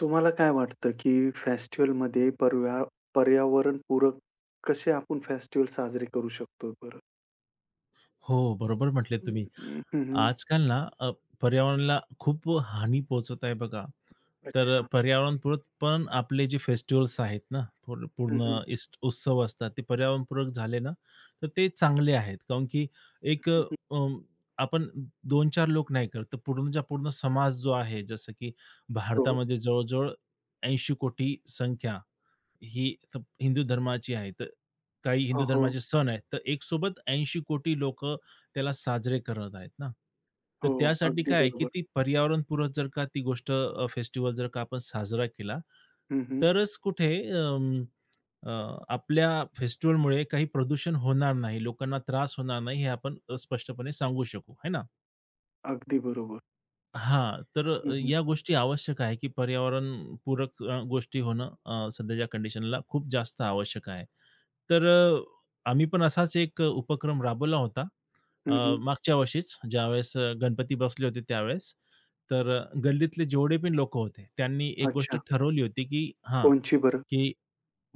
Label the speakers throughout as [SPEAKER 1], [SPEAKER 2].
[SPEAKER 1] तुम्हाला काय वाटतं, की फेस्टिव्हलमध्ये पर्यावरण पूरक कसे आपण फेस्टिव्हल साजरे करू शकतो बरं?
[SPEAKER 2] हो, बरोबर म्हटले
[SPEAKER 1] हं,
[SPEAKER 2] तुम्ही.
[SPEAKER 1] हं.
[SPEAKER 2] आजकाल ना पर्यावरणाला खूप हानी पोहोचत आहे बघा. तर
[SPEAKER 1] अच्छा.
[SPEAKER 2] पर्यावरणपूरक पण आपले जे फेस्टिव्हल्स आहेत ना, पूर
[SPEAKER 1] हं, हं.
[SPEAKER 2] पूर्ण इस्ट उत्सव असतात, ते पर्यावरणपूरक झाले ना, तर ते चांगले आहेत. काऊन की एक
[SPEAKER 1] हं.
[SPEAKER 2] अं, आपण 2-4 लोक नाही करत, तर पूर्णच्या पूर्ण समाज जो आहे, जसं की
[SPEAKER 1] हो,
[SPEAKER 2] भारतामध्ये जवळ-जवळ 80 कोटी संख्या ही हिंदू धर्माची आहे. तर काही
[SPEAKER 1] हो,
[SPEAKER 2] हिंदू
[SPEAKER 1] हो,
[SPEAKER 2] धर्माचे सण आहेत. तर एक सोबत 80 कोटी लोकं त्याला साजरे करत आहेत ना. तर
[SPEAKER 1] हो.
[SPEAKER 2] त्यासाठी
[SPEAKER 1] अगदी
[SPEAKER 2] काय आहे, की
[SPEAKER 1] बरोबर.
[SPEAKER 2] ती पर्यावरणपूरक जर का ती गोष्ट फेस्टिव्हल जर का आपण साजरा केला,
[SPEAKER 1] हं, हं.
[SPEAKER 2] तरच कुठे अ, आपल्या फेस्टिव्हलमुळे काही प्रदूषण होणार नाही, लोकांना त्रास होणार नाही, हे आपण स्पष्टपणे सांगू शकू, है ना?
[SPEAKER 1] अगदी बरोबर.
[SPEAKER 2] हां, तर
[SPEAKER 1] हं, हं.
[SPEAKER 2] या गोष्टी आवश्यक आहे, की पर्यावरण पूरक गोष्टी होणं सध्याच्या कंडिशनला खूप जास्त आवश्यक आहे. तर आम्ही पण असाच एक उपक्रम राबवला होता.
[SPEAKER 1] हं.
[SPEAKER 2] मागच्या वर्षीच ज्यावेळेस गणपती बसले होते त्यावेळेस. तर गल्लीतले जेवढे पण लोकं होते त्यांनी एक गोष्ट
[SPEAKER 1] अच्छा.
[SPEAKER 2] ठरवली होती, की हां,
[SPEAKER 1] कोणची बरं?
[SPEAKER 2] की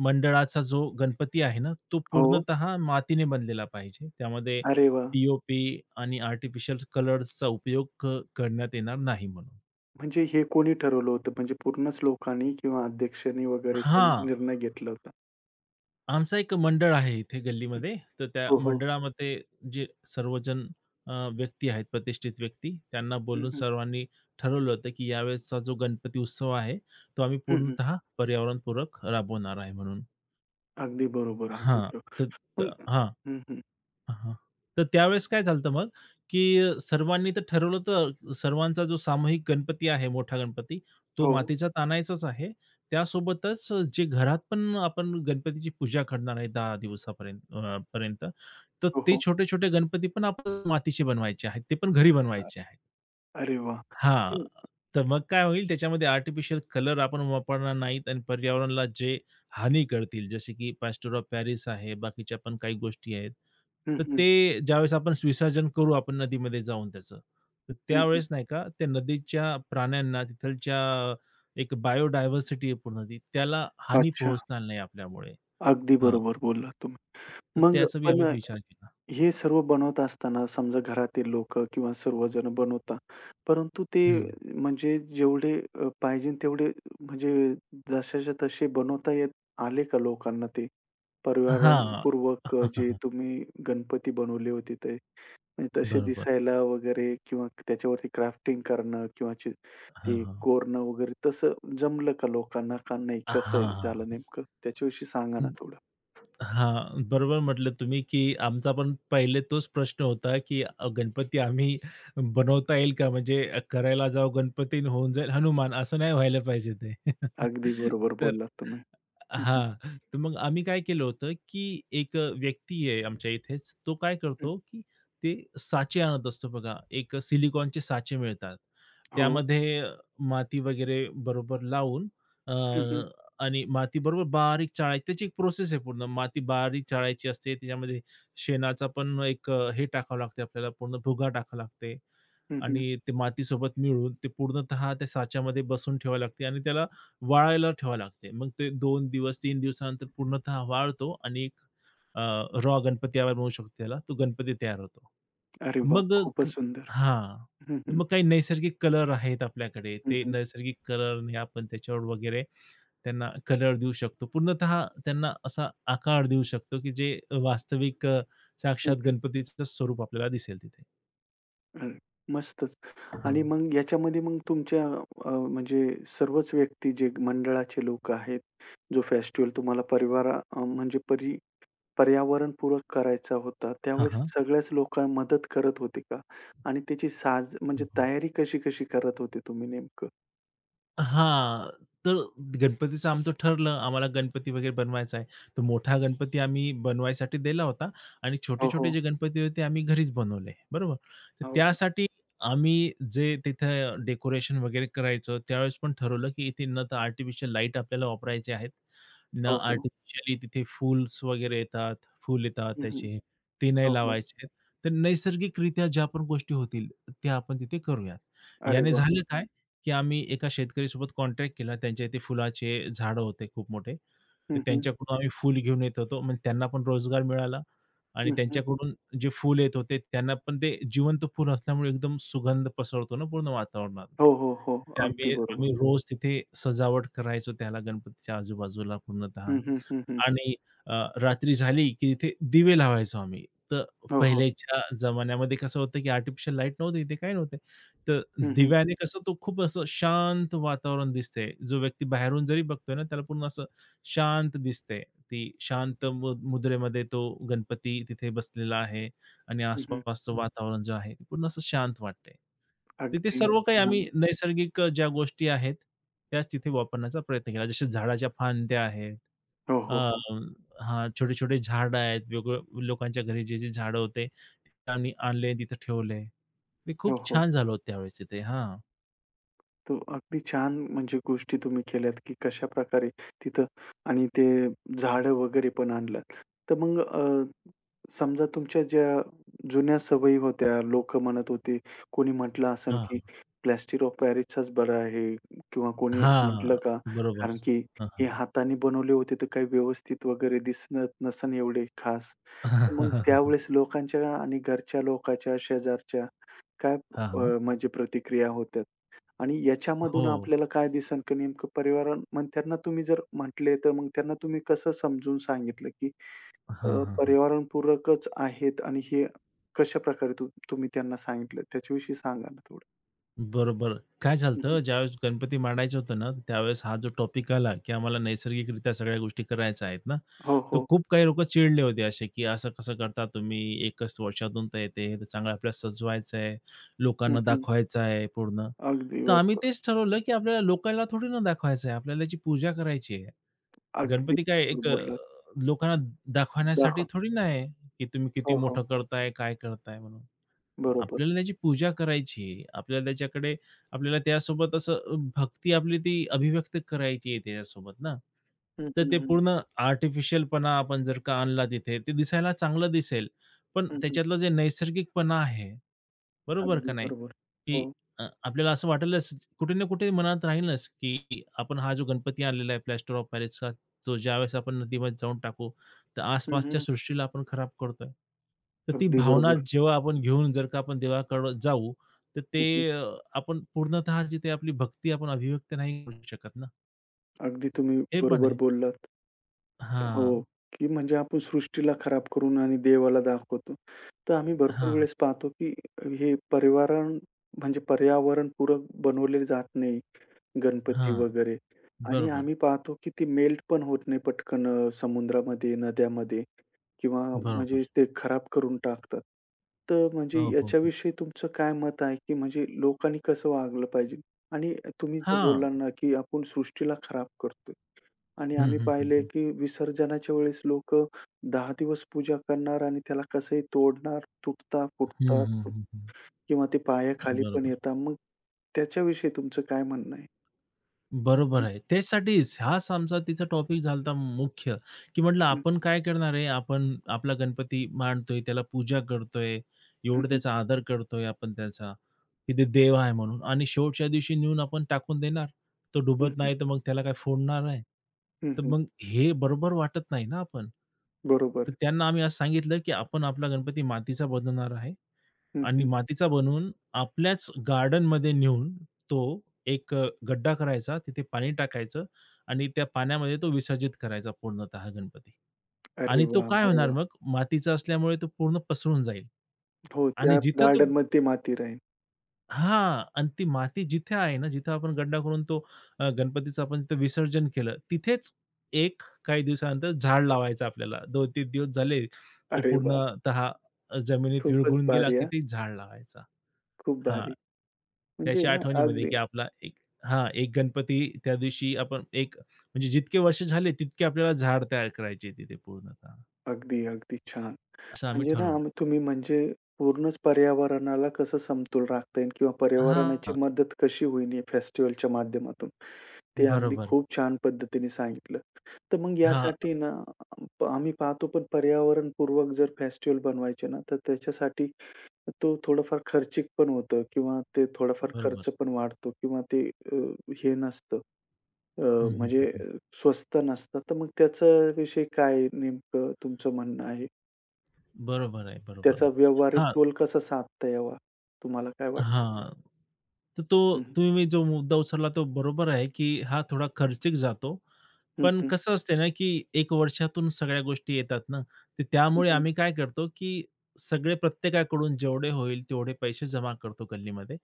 [SPEAKER 2] मंडळाचा जो गणपती आहे ना, तो
[SPEAKER 1] हो.
[SPEAKER 2] पूर्णतः मातीने बनलेला पाहिजे. त्यामध्ये
[SPEAKER 1] अरे वा.
[SPEAKER 2] पी-ओ-पी आणि आर्टिफिशियल कलर्सचा उपयोग करण्यात येणार नाही म्हणून.
[SPEAKER 1] म्हणजे हे कोणी ठरवलं होतं? म्हणजे पूर्णच लोकांनी किंवा अध्यक्षांनी वगैरे काही
[SPEAKER 2] हां,
[SPEAKER 1] निर्णय घेतला होता?
[SPEAKER 2] आमचा एक मंडळ आहे इथे गल्लीमध्ये. तर त्या
[SPEAKER 1] हो, हो.
[SPEAKER 2] मंडळामध्ये जे सर्वजण व्यक्ती आहेत, प्रतिष्ठित व्यक्ती, त्यांना
[SPEAKER 1] हं,
[SPEAKER 2] बोलून
[SPEAKER 1] हं.
[SPEAKER 2] सर्वांनी ठरवलं होतं, की यावेळेसचा जो गणपती उत्सव आहे, तो आम्ही
[SPEAKER 1] हं, हं.
[SPEAKER 2] पूर्णतः पर्यावरणपूरक राबवणार आहे म्हणून.
[SPEAKER 1] अगदी बरोबर, अगदी
[SPEAKER 2] हां,
[SPEAKER 1] बरोबर.
[SPEAKER 2] तर
[SPEAKER 1] मग.
[SPEAKER 2] हां.
[SPEAKER 1] हं, हं.
[SPEAKER 2] हां, हां. तर त्यावेळेस काय झालं होतं मग, की सर्वांनी तर ठरवलं तर सर्वांचा जो सामूहिक गणपती आहे, मोठा गणपती, तो
[SPEAKER 1] हो.
[SPEAKER 2] मातीचाच आणायचाच आहे. त्यासोबतच जे घरात पण आपण गणपतीची पूजा करणार आहे 10 दिवसापर्यंत पर्यंत, तर
[SPEAKER 1] हो,
[SPEAKER 2] ते
[SPEAKER 1] हो.
[SPEAKER 2] छोटे-छोटे गणपती पण आपण मातीचे बनवायचे आहेत. ते पण घरी
[SPEAKER 1] अ,
[SPEAKER 2] बनवायचे आहेत.
[SPEAKER 1] अरे वाह!
[SPEAKER 2] हां.
[SPEAKER 1] हं,
[SPEAKER 2] तर मग काय होईल त्याच्यामध्ये आर्टिफिशियल कलर आपण वापरणार नाहीत आणि पर्यावरणाला जे हानी करतील, जसे की प्लास्टर ऑफ पॅरिस आहे, बाकीच्या पण काही गोष्टी आहेत. तर
[SPEAKER 1] हं,
[SPEAKER 2] ते ज्यावेळेस आपण विसर्जन करू आपण नदीमध्ये जाऊन त्याचं, तर
[SPEAKER 1] हं, हं.
[SPEAKER 2] त्यावेळेस नाही का त्या नदीच्या प्राण्यांना तिथलच्या एक बायोडायव्हर्सिटी आहे पूर्ण ती, त्याला हानी
[SPEAKER 1] अच्छा.
[SPEAKER 2] पोहोचणार नाही आपल्यामुळे.
[SPEAKER 1] अगदी
[SPEAKER 2] हां.
[SPEAKER 1] बरोबर बोललात तुम्ही.
[SPEAKER 2] तर
[SPEAKER 1] मग
[SPEAKER 2] त्याचा बी
[SPEAKER 1] पण
[SPEAKER 2] आम्ही विचार केला.
[SPEAKER 1] हे सर्व बनवत असताना समजा घरातील लोकं किंवा सर्वजण बनवतात. परंतु ते
[SPEAKER 2] हं.
[SPEAKER 1] म्हणजे जेवढे पाहिजे तेवढे, म्हणजे जशाच्या तसे बनवता येत आले का लोकांना ते?
[SPEAKER 2] हां.
[SPEAKER 1] परिवारपूर्वक जे तुम्ही गणपती बनवले होते ते, म्हणजे तसे
[SPEAKER 2] बरोबर.
[SPEAKER 1] दिसायला वगैरे किंवा त्याच्यावरती क्राफ्टिंग करणं किंवा
[SPEAKER 2] हां,
[SPEAKER 1] ते
[SPEAKER 2] हां.
[SPEAKER 1] कोरणं वगैरे तसं जमलं का लोकांना का नाही?
[SPEAKER 2] हां,
[SPEAKER 1] कसं आहे
[SPEAKER 2] हां,
[SPEAKER 1] झालं
[SPEAKER 2] हां.
[SPEAKER 1] नेमकं? त्याच्याविषयी सांगा ना
[SPEAKER 2] हं.
[SPEAKER 1] थोडं.
[SPEAKER 2] हां, बरोबर म्हटलं तुम्ही, की आमचा पण पहिले तोच प्रश्न होता, की गणपती आम्ही बनवता येईल का? म्हणजे करायला जाऊ गणपती आणि होऊन जाईल हनुमान असं नाही व्हायला पाहिजे ते.
[SPEAKER 1] अगदी बरोबर
[SPEAKER 2] तर
[SPEAKER 1] बोललात तुम्ही. हं, हं.
[SPEAKER 2] हां, तर मग आम्ही काय केलं होतं, की एक व्यक्ती आहे आमच्या इथेच, तो काय करतो, की ते साचे आणत असतो बघा. एक सिलिकॉनचे साचे मिळतात.
[SPEAKER 1] हो.
[SPEAKER 2] त्यामध्ये माती वगैरे बरोबर लावून
[SPEAKER 1] हं, हं.
[SPEAKER 2] आणि माती बरोबर बारीक चाळायची. त्याची एक प्रोसेस आहे पूर्ण. माती बारीक चाळायची असते. त्याच्यामध्ये शेणाचा पण एक हे टाकावं लागते आपल्याला पूर्ण भुगा टाकावा लागते
[SPEAKER 1] हं, हं.
[SPEAKER 2] आणि ते मातीसोबत मिळून ते पूर्णतः त्या साच्यामध्ये बसवून ठेवावं लागते आणि त्याला वाळायला ठेवावं लागते. मग ते 2 दिवस, 3 दिवसानंतर पूर्णतः वाळतो आणि एक रॉ गणपती आपण म्हणू शकतो त्याला. तो गणपती तयार होतो.
[SPEAKER 1] अरे वाह!
[SPEAKER 2] मग अ,
[SPEAKER 1] खूपच
[SPEAKER 2] क
[SPEAKER 1] सुंदर.
[SPEAKER 2] हां.
[SPEAKER 1] हं,
[SPEAKER 2] तर
[SPEAKER 1] हं.
[SPEAKER 2] मग काही नैसर्गिक कलर आहेत आपल्याकडे.
[SPEAKER 1] हं,
[SPEAKER 2] ते
[SPEAKER 1] हं.
[SPEAKER 2] नैसर्गिक कलरने आपण त्याच्यावर वगैरे त्यांना कलर देऊ शकतो. पूर्णतः त्यांना असा आकार देऊ शकतो, की जे वास्तविक
[SPEAKER 1] हं,
[SPEAKER 2] साक्षात
[SPEAKER 1] हं.
[SPEAKER 2] गणपतीचं स्वरूप आपल्याला दिसेल तिथे.
[SPEAKER 1] अरे मस्तच. आणि
[SPEAKER 2] हां.
[SPEAKER 1] मग याच्यामध्ये मग तुमच्या म्हणजे सर्वच व्यक्ती जे मंडळाचे लोक आहेत, जो फेस्टिव्हल तुम्हाला परिवारा अ, म्हणजे परी पर्यावरणपूरक करायचा होता, त्यावेळेस
[SPEAKER 2] हां,
[SPEAKER 1] सगळ्याच लोकांना मदत करत होते का? आणि त्याची म्हणजे
[SPEAKER 2] हां.
[SPEAKER 1] तयारी कशी-कशी करत होते तुम्ही नेमकं?
[SPEAKER 2] हां, तर गणपतीचं आमचं ठरलं, आम्हाला गणपती वगैरे बनवायचा आहे. तो मोठा गणपती आम्ही बनवायसाठी दिला होता आणि
[SPEAKER 1] हो,
[SPEAKER 2] छोटे-छोटे
[SPEAKER 1] हो.
[SPEAKER 2] जे गणपती होते, आम्ही घरीच बनवले, बरोबर? तर
[SPEAKER 1] हो, हो.
[SPEAKER 2] त्यासाठी आम्ही जे तिथं डेकोरेशन वगैरे करायचं, त्यावेळेस पण ठरवलं, की इथे न तर आर्टिफिशियल लाईट आपल्याला वापरायचे आहेत, ना
[SPEAKER 1] हो, हो.
[SPEAKER 2] आर्टिफिशियली तिथे फूल्स वगैरे येतात, फूल येतात
[SPEAKER 1] हं, हं.
[SPEAKER 2] त्याचे, ते
[SPEAKER 1] हो,
[SPEAKER 2] नाही
[SPEAKER 1] हो.
[SPEAKER 2] लावायचे आहेत. तर नैसर्गिकरित्या ज्या पण गोष्टी होतील, त्या आपण तिथे करूयात.
[SPEAKER 1] अरे
[SPEAKER 2] याने
[SPEAKER 1] वाह!
[SPEAKER 2] झालं काय? की आम्ही एका शेतकरीसोबत कॉन्ट्रॅक्ट केला. त्यांच्या इथे फुलाचे झाडं होते खूप मोठे. तर
[SPEAKER 1] हं, हं.
[SPEAKER 2] त्यांच्याकडून आम्ही फुल घेऊन येत होतो. मग त्यांना पण रोजगार मिळाला आणि
[SPEAKER 1] हं, हं.
[SPEAKER 2] त्यांच्याकडून जे फुल येत होते त्यांना पण ते जिवंत फुल असल्यामुळे एकदम सुगंध पसरतो ना पूर्ण
[SPEAKER 1] हो,
[SPEAKER 2] वातावरणामध्ये.
[SPEAKER 1] हो, हो. अगदी
[SPEAKER 2] त्यामुळे
[SPEAKER 1] बरोबर.
[SPEAKER 2] आम्ही रोज तिथे सजावट करायचो त्याला गणपतीच्या आजूबाजूला
[SPEAKER 1] हं,
[SPEAKER 2] पूर्णतः.
[SPEAKER 1] हं, हं, हं.
[SPEAKER 2] आणि अ, रात्री झाली की तिथे दिवे लावायचो आम्ही. तर
[SPEAKER 1] हो, हो.
[SPEAKER 2] पहिल्याच्या जमान्यामध्ये कसं होतं की आर्टिफिशियल लाईट नव्हते, इथे काही नव्हते. तर
[SPEAKER 1] हं, हं.
[SPEAKER 2] दिव्याने कसं तो खूप असं शांत वातावरण दिसते. जो व्यक्ती बाहेरून जरी बघतोय ना, त्याला पूर्ण असं शांत दिसते. ती शांत मुद्रेमध्ये तो गणपती तिथे बसलेला आहे. आणि
[SPEAKER 1] हं, हं.
[SPEAKER 2] आसपासचं वातावरण जे आहे, ते पूर्ण असं शांत वाटतंय. तर ते
[SPEAKER 1] अगदी.
[SPEAKER 2] सर्व काही आम्ही
[SPEAKER 1] हां.
[SPEAKER 2] नैसर्गिक ज्या गोष्टी आहेत, त्याच तिथे वापरण्याचा प्रयत्न केला. जसे झाडाच्या फांद्या आहेत.
[SPEAKER 1] हो,
[SPEAKER 2] अ,
[SPEAKER 1] हो, हो.
[SPEAKER 2] हां, छोटे-छोटे झाडं आहेत. वेगवेगळ्या लोकांच्या घरी जे-जे झाडं होते, ते आम्ही आणले तिथं ठेवले. ते
[SPEAKER 1] हो,
[SPEAKER 2] खूप
[SPEAKER 1] हो.
[SPEAKER 2] छान झालं होतं त्यावेळेस तिथे. हां.
[SPEAKER 1] तो अगदी छान म्हणजे गोष्टी तुम्ही केल्यात, की कशाप्रकारे तिथं आणि ते झाडं वगैरे पण आणल्यात. तर मग समजा तुमच्या ज्या जुन्या सवयी होत्या, लोक म्हणत होते, कोणी म्हटलं असेल, की
[SPEAKER 2] हां.
[SPEAKER 1] प्लास्टिक ऑफ पॅरिसचाच बरा आहे किंवा कोणी म्हटलं
[SPEAKER 2] हां.
[SPEAKER 1] का, कारण
[SPEAKER 2] बरोबर.
[SPEAKER 1] की
[SPEAKER 2] हां,
[SPEAKER 1] हे
[SPEAKER 2] हां.
[SPEAKER 1] हाताने बनवले होते, तर काही व्यवस्थित वगैरे दिसत नसेल एवढे खास. मग त्यावेळेस लोकांच्या आणि घरच्या लोकांच्या, शेजारच्या काय
[SPEAKER 2] हां, हां.
[SPEAKER 1] म्हणजे प्रतिक्रिया होत्या? आणि याच्यामधून
[SPEAKER 2] हो.
[SPEAKER 1] आपल्याला काय दिसन की नेमकं पर्यावरण मग त्यांना तुम्ही जर म्हटले, तर मग त्यांना तुम्ही कसं समजून सांगितलं, की अ,
[SPEAKER 2] हां, हां, हां.
[SPEAKER 1] पर्यावरणपूरकच आहेत आणि हे कशाप्रकारे तुम्ही त्यांना सांगितलं? त्याच्याविषयी सांगा ना थोडं?
[SPEAKER 2] बरोबर. काय
[SPEAKER 1] हं,
[SPEAKER 2] झालं
[SPEAKER 1] हं.
[SPEAKER 2] ज्यावेळेस गणपती मांडायचं होतं ना, त्यावेळेस हा जो टॉपिक आला, की आम्हाला नैसर्गिकरित्या सगळ्या गोष्टी करायच्या आहेत ना,
[SPEAKER 1] हो,
[SPEAKER 2] तर
[SPEAKER 1] हो.
[SPEAKER 2] खूप काही लोकं चिडले होते असे, की "असं कसं करता तुम्ही? एकच वर्षातून तर येते, हे तर चांगलं आपल्याला सजवायचं आहे,
[SPEAKER 1] हं,
[SPEAKER 2] लोकांना
[SPEAKER 1] हं.
[SPEAKER 2] दाखवायचं आहे पूर्ण."
[SPEAKER 1] अगदी
[SPEAKER 2] तर आम्ही
[SPEAKER 1] बरोबर.
[SPEAKER 2] तेच ठरवलं, की आपल्याला लोकांना थोडी ना दाखवायचं आहे, आपल्याला याची पूजा करायची आहे.
[SPEAKER 1] अगदी
[SPEAKER 2] गणपती काय
[SPEAKER 1] बरोबर
[SPEAKER 2] एक
[SPEAKER 1] बोललात.
[SPEAKER 2] लोकांना दाखवण्यासाठी
[SPEAKER 1] दाखवून.
[SPEAKER 2] थोडी ना आहे, की तुम्ही किती
[SPEAKER 1] हो, हो.
[SPEAKER 2] मोठं करताय, काय करताय म्हणून.
[SPEAKER 1] बरोबर.
[SPEAKER 2] आपल्याला त्याची पूजा करायची आहे. आपल्याला त्याच्याकडे आपल्याला त्यासोबत असं भक्ती आपली ती अभिव्यक्त करायची आहे त्याच्यासोबत ना.
[SPEAKER 1] हं,
[SPEAKER 2] तर
[SPEAKER 1] हं,
[SPEAKER 2] ते
[SPEAKER 1] हं.
[SPEAKER 2] पूर्ण आर्टिफिशियलपणा आपण जर का आणला तिथे, ते दिसायला चांगलं दिसेल. पण
[SPEAKER 1] हं.
[SPEAKER 2] त्याच्यातला जे नैसर्गिकपणा आहे बरोबर
[SPEAKER 1] अगदी
[SPEAKER 2] का नाही?
[SPEAKER 1] बरोबर. हो.
[SPEAKER 2] की आपल्याला असं वाटेलच कुठे ना कुठे मनात राहीलच, की आपण हा जो गणपती आणलेला आहे प्लॅस्टर ऑफ पॅरिसचा, तो ज्यावेळेस आपण नदीमध्ये जाऊन टाकू, तर
[SPEAKER 1] हं,
[SPEAKER 2] आसपासच्या
[SPEAKER 1] हं.
[SPEAKER 2] सृष्टीला आपण खराब करतोय. तर ती
[SPEAKER 1] अगदी
[SPEAKER 2] भावना
[SPEAKER 1] बरोबर.
[SPEAKER 2] जेव्हा आपण घेऊन जर का आपण देवाकडं जाऊ, तर
[SPEAKER 1] हं,
[SPEAKER 2] ते
[SPEAKER 1] हं.
[SPEAKER 2] अ, आपण पूर्णतः जिथे आपली भक्ती आपण अभिव्यक्त नाही करू शकत ना.
[SPEAKER 1] अगदी तुम्ही
[SPEAKER 2] हे पण
[SPEAKER 1] बरोबर
[SPEAKER 2] आहे.
[SPEAKER 1] बोललात. हो,
[SPEAKER 2] हां.
[SPEAKER 1] की म्हणजे आपण सृष्टीला खराब करून आणि देवाला दाखवतो. तर आम्ही भरपूर
[SPEAKER 2] हां,
[SPEAKER 1] वेळेस पाहतो, की हे म्हणजे पर्यावरणपूरक बनवले जात नाही गणपती
[SPEAKER 2] हां.
[SPEAKER 1] वगैरे, आणि
[SPEAKER 2] बरोबर,
[SPEAKER 1] आम्ही पाहतो, की ते मेल्ट पण होत नाही पटकन समुद्रामध्ये, नद्यामध्ये किंवा म्हणजे
[SPEAKER 2] बरोबर.
[SPEAKER 1] ते खराब करून टाकतात. तर म्हणजे
[SPEAKER 2] हो, हो, हो.
[SPEAKER 1] याच्याविषयी तुमचं काय मत आहे, की म्हणजे लोकांनी कसं वागलं पाहिजे? आणि तुम्ही जे
[SPEAKER 2] हां.
[SPEAKER 1] बोलला ना, की आपण सृष्टीला खराब करतोय आणि
[SPEAKER 2] हं,
[SPEAKER 1] आम्ही
[SPEAKER 2] हं, हं,
[SPEAKER 1] पाहिले,
[SPEAKER 2] हं.
[SPEAKER 1] की विसर्जनाच्या वेळेस लोकं 10 दिवस पूजा करणार आणि त्याला कसंही तोडणार, तुटता,
[SPEAKER 2] हं, हं,
[SPEAKER 1] फुटतात
[SPEAKER 2] हं, हं.
[SPEAKER 1] किंवा ते पायाखाली पण
[SPEAKER 2] बरोबर.
[SPEAKER 1] येतात. मग त्याच्याविषयी तुमचं काय म्हणणं आहे?
[SPEAKER 2] बरोबर
[SPEAKER 1] हं,
[SPEAKER 2] आहे. त्याचसाठीच हाच आमचा तिचा टॉपिक झाला होता मुख्य, की म्हटलं
[SPEAKER 1] हं,
[SPEAKER 2] आपण काय करणार आहे? आपण आपला गणपती मांडतोय, त्याला पूजा करतोय,
[SPEAKER 1] हं,
[SPEAKER 2] एवढं
[SPEAKER 1] हं,
[SPEAKER 2] त्याचा आदर करतोय आपण त्याचा, की ते
[SPEAKER 1] हं,
[SPEAKER 2] देव आहे म्हणून आणि शेवटच्या दिवशी नेऊन आपण टाकून देणार. तो
[SPEAKER 1] हं,
[SPEAKER 2] डुबत
[SPEAKER 1] हं,
[SPEAKER 2] नाही तर मग त्याला काय फोडणार आहे? तर
[SPEAKER 1] हं.
[SPEAKER 2] मग हे बरोबर वाटत नाही ना आपण.
[SPEAKER 1] बरोबर.
[SPEAKER 2] तर त्यांना आम्ही आज सांगितलं, की आपण आपला गणपती मातीचा बनवणार आहे.
[SPEAKER 1] हं,
[SPEAKER 2] आणि
[SPEAKER 1] हं.
[SPEAKER 2] मातीचा बनवून आपल्याच गार्डनमध्ये नेऊन तो एक गड्ढा करायचा, तिथे पाणी टाकायचं आणि त्या पाण्यामध्ये तो विसर्जित करायचा पूर्णतः गणपती.
[SPEAKER 1] अरे
[SPEAKER 2] आणि तो
[SPEAKER 1] वाह!
[SPEAKER 2] काय
[SPEAKER 1] अरे
[SPEAKER 2] होणार
[SPEAKER 1] वाह!
[SPEAKER 2] मग मातीचा असल्यामुळे तो पूर्ण पसरून जाईल.
[SPEAKER 1] हो,
[SPEAKER 2] आणि
[SPEAKER 1] त्या
[SPEAKER 2] जिथं तो
[SPEAKER 1] गार्डनमध्ये ती माती राहील.
[SPEAKER 2] हां. आणि ती माती जिथे आहे ना, जिथं आपण गड्ढा करून तो गणपतीचं आपण तिथं विसर्जन केलं, तिथेच एक काही दिवसानंतर झाड लावायचं आपल्याला. 2-3 दिवस झाले, तो
[SPEAKER 1] अरे वाह!
[SPEAKER 2] पूर्णतः जमिनीत
[SPEAKER 1] खूपच
[SPEAKER 2] विरघळून गेला
[SPEAKER 1] भारी.
[SPEAKER 2] की ते झाड लावायचा.
[SPEAKER 1] खूप
[SPEAKER 2] हां.
[SPEAKER 1] भारी. म्हणजे
[SPEAKER 2] त्याच्या
[SPEAKER 1] ना
[SPEAKER 2] आठवणीमध्ये
[SPEAKER 1] अगदी,
[SPEAKER 2] की आपला एक हां, एक गणपती त्या दिवशी आपण एक म्हणजे जितके वर्ष झाले तितके आपल्याला झाड तयार करायची आहे तिथे पूर्णतः.
[SPEAKER 1] अगदी, अगदी छान.
[SPEAKER 2] असं आम्ही
[SPEAKER 1] म्हणजे ना
[SPEAKER 2] ठरवलं.
[SPEAKER 1] तुम्ही म्हणजे पूर्णच पर्यावरणाला कसं समतोल राखता येईल किंवा पर्यावरणाची
[SPEAKER 2] हां,
[SPEAKER 1] मदत कशी होईल या फेस्टिव्हलच्या माध्यमातून, ते अगदी
[SPEAKER 2] बरोबर.
[SPEAKER 1] खूप छान पद्धतीने सांगितलं. तर मग
[SPEAKER 2] हां,
[SPEAKER 1] यासाठी ना आम्ही पाहतो पण पर्यावरणपूर्वक जर फेस्टिव्हल बनवायचे ना, तर त्याच्यासाठी तो थोडंफार खर्चिक पण होतं किंवा ते थोडाफार खर्च
[SPEAKER 2] बरोबर.
[SPEAKER 1] पण वाढतो किंवा ते अ, हे नसतं. अ,
[SPEAKER 2] हं, हं, हं,
[SPEAKER 1] म्हणजे
[SPEAKER 2] हं.
[SPEAKER 1] स्वस्त नसतात. तर मग त्याच्याविषयी काय नेमकं तुमचं म्हणणं आहे?
[SPEAKER 2] बरोबर आहे, बरोबर
[SPEAKER 1] त्याचा
[SPEAKER 2] आहे.
[SPEAKER 1] व्यावहारिक
[SPEAKER 2] हां,
[SPEAKER 1] तोल कसा साधता यावा? तुम्हाला काय वाटतं?
[SPEAKER 2] हां. तर तो
[SPEAKER 1] हं,
[SPEAKER 2] तुम्ही जो मुद्दा उचलला तो बरोबर आहे की हा थोडा खर्चिक जातो
[SPEAKER 1] हं,
[SPEAKER 2] पण
[SPEAKER 1] हं,
[SPEAKER 2] कसं असते ना, की एक वर्षातून सगळ्या गोष्टी येतात ना, तर
[SPEAKER 1] हं,
[SPEAKER 2] त्यामुळे
[SPEAKER 1] हं.
[SPEAKER 2] आम्ही काय करतो, की सगळे प्रत्येकाकडून जेवढे होईल तेवढे पैसे जमा करतो गल्लीमध्ये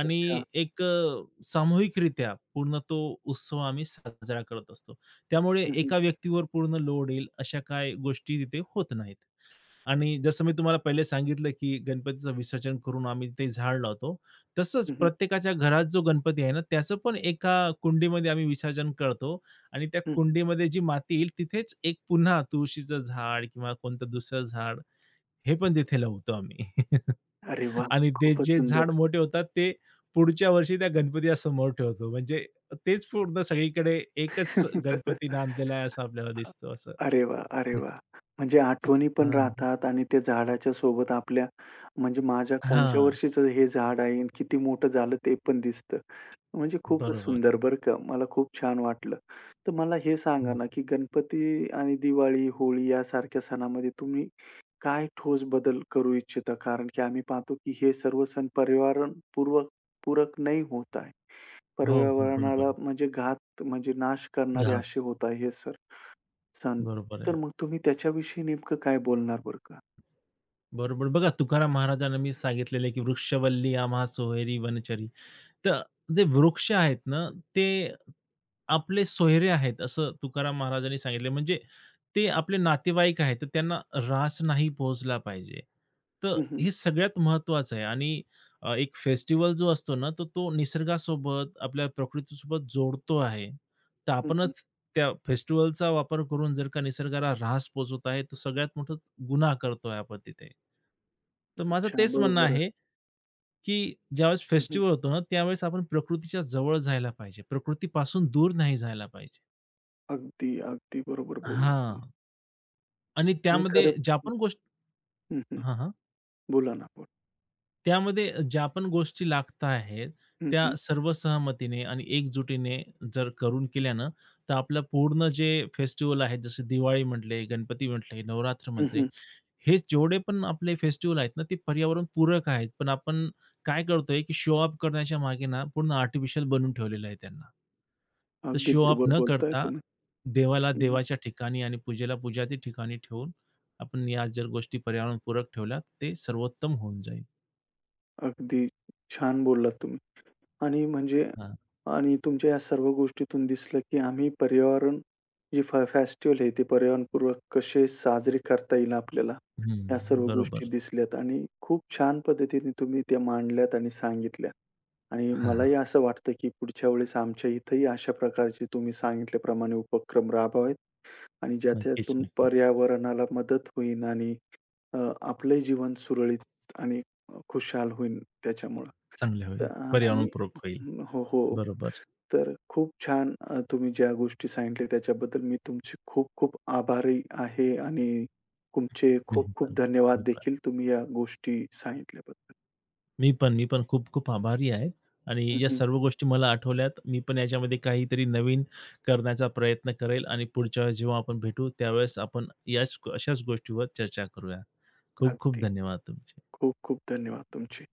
[SPEAKER 2] आणि
[SPEAKER 1] अच्छा.
[SPEAKER 2] एक सामूहिकरित्या पूर्ण तो उत्सव आम्ही साजरा करत असतो. त्यामुळे
[SPEAKER 1] हं, हं,
[SPEAKER 2] एका व्यक्तीवर पूर्ण लोड येईल अशा काही गोष्टी तिथे होत नाहीत. आणि जसं मी तुम्हाला पहिले सांगितलं, की गणपतीचं विसर्जन करून आम्ही ते झाड लावतो. तसंच
[SPEAKER 1] हं, हं,
[SPEAKER 2] प्रत्येकाच्या घरात जो गणपती आहे ना, त्याचं पण एका कुंडीमध्ये आम्ही विसर्जन करतो आणि त्या
[SPEAKER 1] हं.
[SPEAKER 2] कुंडीमध्ये जी माती येईल तिथेच एक पुन्हा तुळशीचं झाड किंवा कोणतं दुसरं झाड हे पण तिथे लावतो आम्ही.
[SPEAKER 1] अरे वाह!
[SPEAKER 2] आणि ते
[SPEAKER 1] खूपच
[SPEAKER 2] जे झाड
[SPEAKER 1] सुंदर.
[SPEAKER 2] मोठे होतात ते पुढच्या वर्षी त्या गणपतीसमोर ठेवतो. म्हणजे तेच पूर्ण सगळीकडे एकच गणपती नांदलेला आहे असं आपल्याला दिसतो असं.
[SPEAKER 1] अरे वाह! अरे वाह! म्हणजे आठवणी पण
[SPEAKER 2] हां.
[SPEAKER 1] राहतात आणि त्या झाडाच्या सोबत आपल्या, म्हणजे माझ्या कोणच्या
[SPEAKER 2] हां.
[SPEAKER 1] वर्षीचं हे झाड आहे आणि किती मोठं झालं ते पण दिसतं. म्हणजे खूपच
[SPEAKER 2] बरोबर.
[SPEAKER 1] सुंदर बरं का. मला खूप छान वाटलं. तर मला हे सांगा ना, की गणपती आणि दिवाळी, होळी यासारख्या सणामध्ये तुम्ही काय ठोस बदल करू इच्छिता? कारण की आम्ही पाहतो, की हे सर्व सण पर्यावरणपूर्वक पूरक नाही होत आहे.
[SPEAKER 2] हो, हो. बरोबर.
[SPEAKER 1] पर्यावरणाला म्हणजे घात म्हणजे नाश करणारे
[SPEAKER 2] घात.
[SPEAKER 1] असे होत आहे हे सण.
[SPEAKER 2] बरोबर आहे.
[SPEAKER 1] तर मग तुम्ही त्याच्याविषयी नेमकं काय बोलणार बरं का?
[SPEAKER 2] बरोबर. बघा तुकाराम महाराजांना मी सांगितलेलं आहे, की "वृक्षवल्ली आम्हा सोहेरी वनचरी." तर जे वृक्ष आहेत ना, ते आपले सोयरे आहेत असं तुकाराम महाराजांनी सांगितले. म्हणजे ते आपले नातेवाईक आहेत, तर त्यांना ऱ्हास नाही पोहोचला पाहिजे. तर
[SPEAKER 1] हं, हं.
[SPEAKER 2] हे सगळ्यात महत्त्वाचं आहे आणि एक फेस्टिव्हल जो असतो ना, तर तो निसर्गासोबत, आपल्या प्रकृतीसोबत जोडतो आहे. तर
[SPEAKER 1] हं, हं.
[SPEAKER 2] आपणच त्या फेस्टिव्हलचा वापर करून जर का निसर्गाला ऱ्हास पोहोचवत आहे, तर सगळ्यात मोठा गुन्हा करतोय आपण तिथे. तर माझं
[SPEAKER 1] अच्छा.
[SPEAKER 2] तेच म्हणणं
[SPEAKER 1] बरोबर आहे.
[SPEAKER 2] आहे, की ज्यावेळेस
[SPEAKER 1] हं, हं.
[SPEAKER 2] फेस्टिव्हल होतो ना, त्यावेळेस आपण प्रकृतीच्या जवळ जायला पाहिजे. प्रकृतीपासून दूर नाही जायला पाहिजे.
[SPEAKER 1] अगदी, अगदी बरोबर बोललात.
[SPEAKER 2] हां. आणि
[SPEAKER 1] आणि
[SPEAKER 2] त्यामध्ये
[SPEAKER 1] खरं.
[SPEAKER 2] ज्या पण गोष्टी
[SPEAKER 1] हं, हं.
[SPEAKER 2] हां, हां.
[SPEAKER 1] बोला ना. बोला.
[SPEAKER 2] त्यामध्ये ज्या पण गोष्टी लागत आहेत,
[SPEAKER 1] हं,
[SPEAKER 2] त्या
[SPEAKER 1] हं.
[SPEAKER 2] सर्व सहमतीने आणि एकजुटीने जर करून केल्या ना, तर आपलं पूर्ण जे फेस्टिवल आहेत, जसे दिवाळी म्हटले, गणपती म्हटले, नवरात्र
[SPEAKER 1] हं,
[SPEAKER 2] म्हटले,
[SPEAKER 1] हं.
[SPEAKER 2] हे जेवढे पण आपले फेस्टिव्हल आहेत ना, ते पर्यावरणपूरक आहेत. पण आपण काय करतोय, की शो ऑफ करण्याच्या मागे ना, पूर्ण आर्टिफिशियल बनवून ठेवलेलं आहे त्यांना. तर
[SPEAKER 1] अगदी
[SPEAKER 2] शो ऑफ
[SPEAKER 1] बरोबर
[SPEAKER 2] न
[SPEAKER 1] बोलताय
[SPEAKER 2] करता,
[SPEAKER 1] तुम्ही.
[SPEAKER 2] देवाला
[SPEAKER 1] हं, हं.
[SPEAKER 2] देवाच्या ठिकाणी आणि पूजेला पूजाच्या ठिकाणी ठेवून, आपण या जर गोष्टी पर्यावरणपूरक ठेवल्या, ते सर्वोत्तम होऊन जाईल.
[SPEAKER 1] अगदी छान बोललात तुम्ही. आणि म्हणजे, आणि तुमच्या या सर्व गोष्टीतून दिसलं, की आम्ही पर्यावरण, जे फेस्टिव्हल आहे ते पर्यावरणपूर्वक कसे साजरे करता येईल आपल्याला,
[SPEAKER 2] हं,
[SPEAKER 1] या सर्व गोष्टी
[SPEAKER 2] बरोबर.
[SPEAKER 1] दिसल्यात आणि खूप छान पद्धतीने तुम्ही त्या मांडल्यात आणि सांगितल्या. आणि
[SPEAKER 2] हां, हां.
[SPEAKER 1] मलाही असं वाटतं, की पुढच्या वेळेस आमच्या इथेही अशा प्रकारचे तुम्ही सांगितल्याप्रमाणे उपक्रम राबवावेत. आणि
[SPEAKER 2] नक्कीच,
[SPEAKER 1] ज्याच्यातून
[SPEAKER 2] नक्कीच.
[SPEAKER 1] पर्यावरणाला मदत होईल आणि अ, आपलंही जीवन सुरळीत आणि खुशाल होईल त्याच्यामुळं.
[SPEAKER 2] चांगले
[SPEAKER 1] तर
[SPEAKER 2] होईल.
[SPEAKER 1] आणि
[SPEAKER 2] पर्यावरणपूरक होईल.
[SPEAKER 1] हो, हो.
[SPEAKER 2] बरोबर.
[SPEAKER 1] तर खूप छान तुम्ही ज्या गोष्टी सांगितल्या त्याच्याबद्दल मी तुमचे खूप खूप आभारी आहे आणि तुमचे
[SPEAKER 2] मी
[SPEAKER 1] खूप खूप
[SPEAKER 2] पण,
[SPEAKER 1] धन्यवाद
[SPEAKER 2] मी पण,
[SPEAKER 1] देखील तुम्ही या गोष्टी सांगितल्याबद्दल.
[SPEAKER 2] मी पण खूप-खूप आभारी आहे आणि
[SPEAKER 1] हं,
[SPEAKER 2] या
[SPEAKER 1] हं.
[SPEAKER 2] सर्व गोष्टी मला आठवल्यात. मी पण याच्यामध्ये काहीतरी नवीन करण्याचा प्रयत्न करेल आणि पुढच्या वेळेस जेव्हा आपण भेटू त्यावेळेस आपण याच अशाच गोष्टीवर चर्चा करूया. खूप-खूप
[SPEAKER 1] अगदी.
[SPEAKER 2] धन्यवाद तुमचे.
[SPEAKER 1] खूप खूप धन्यवाद तुमचे.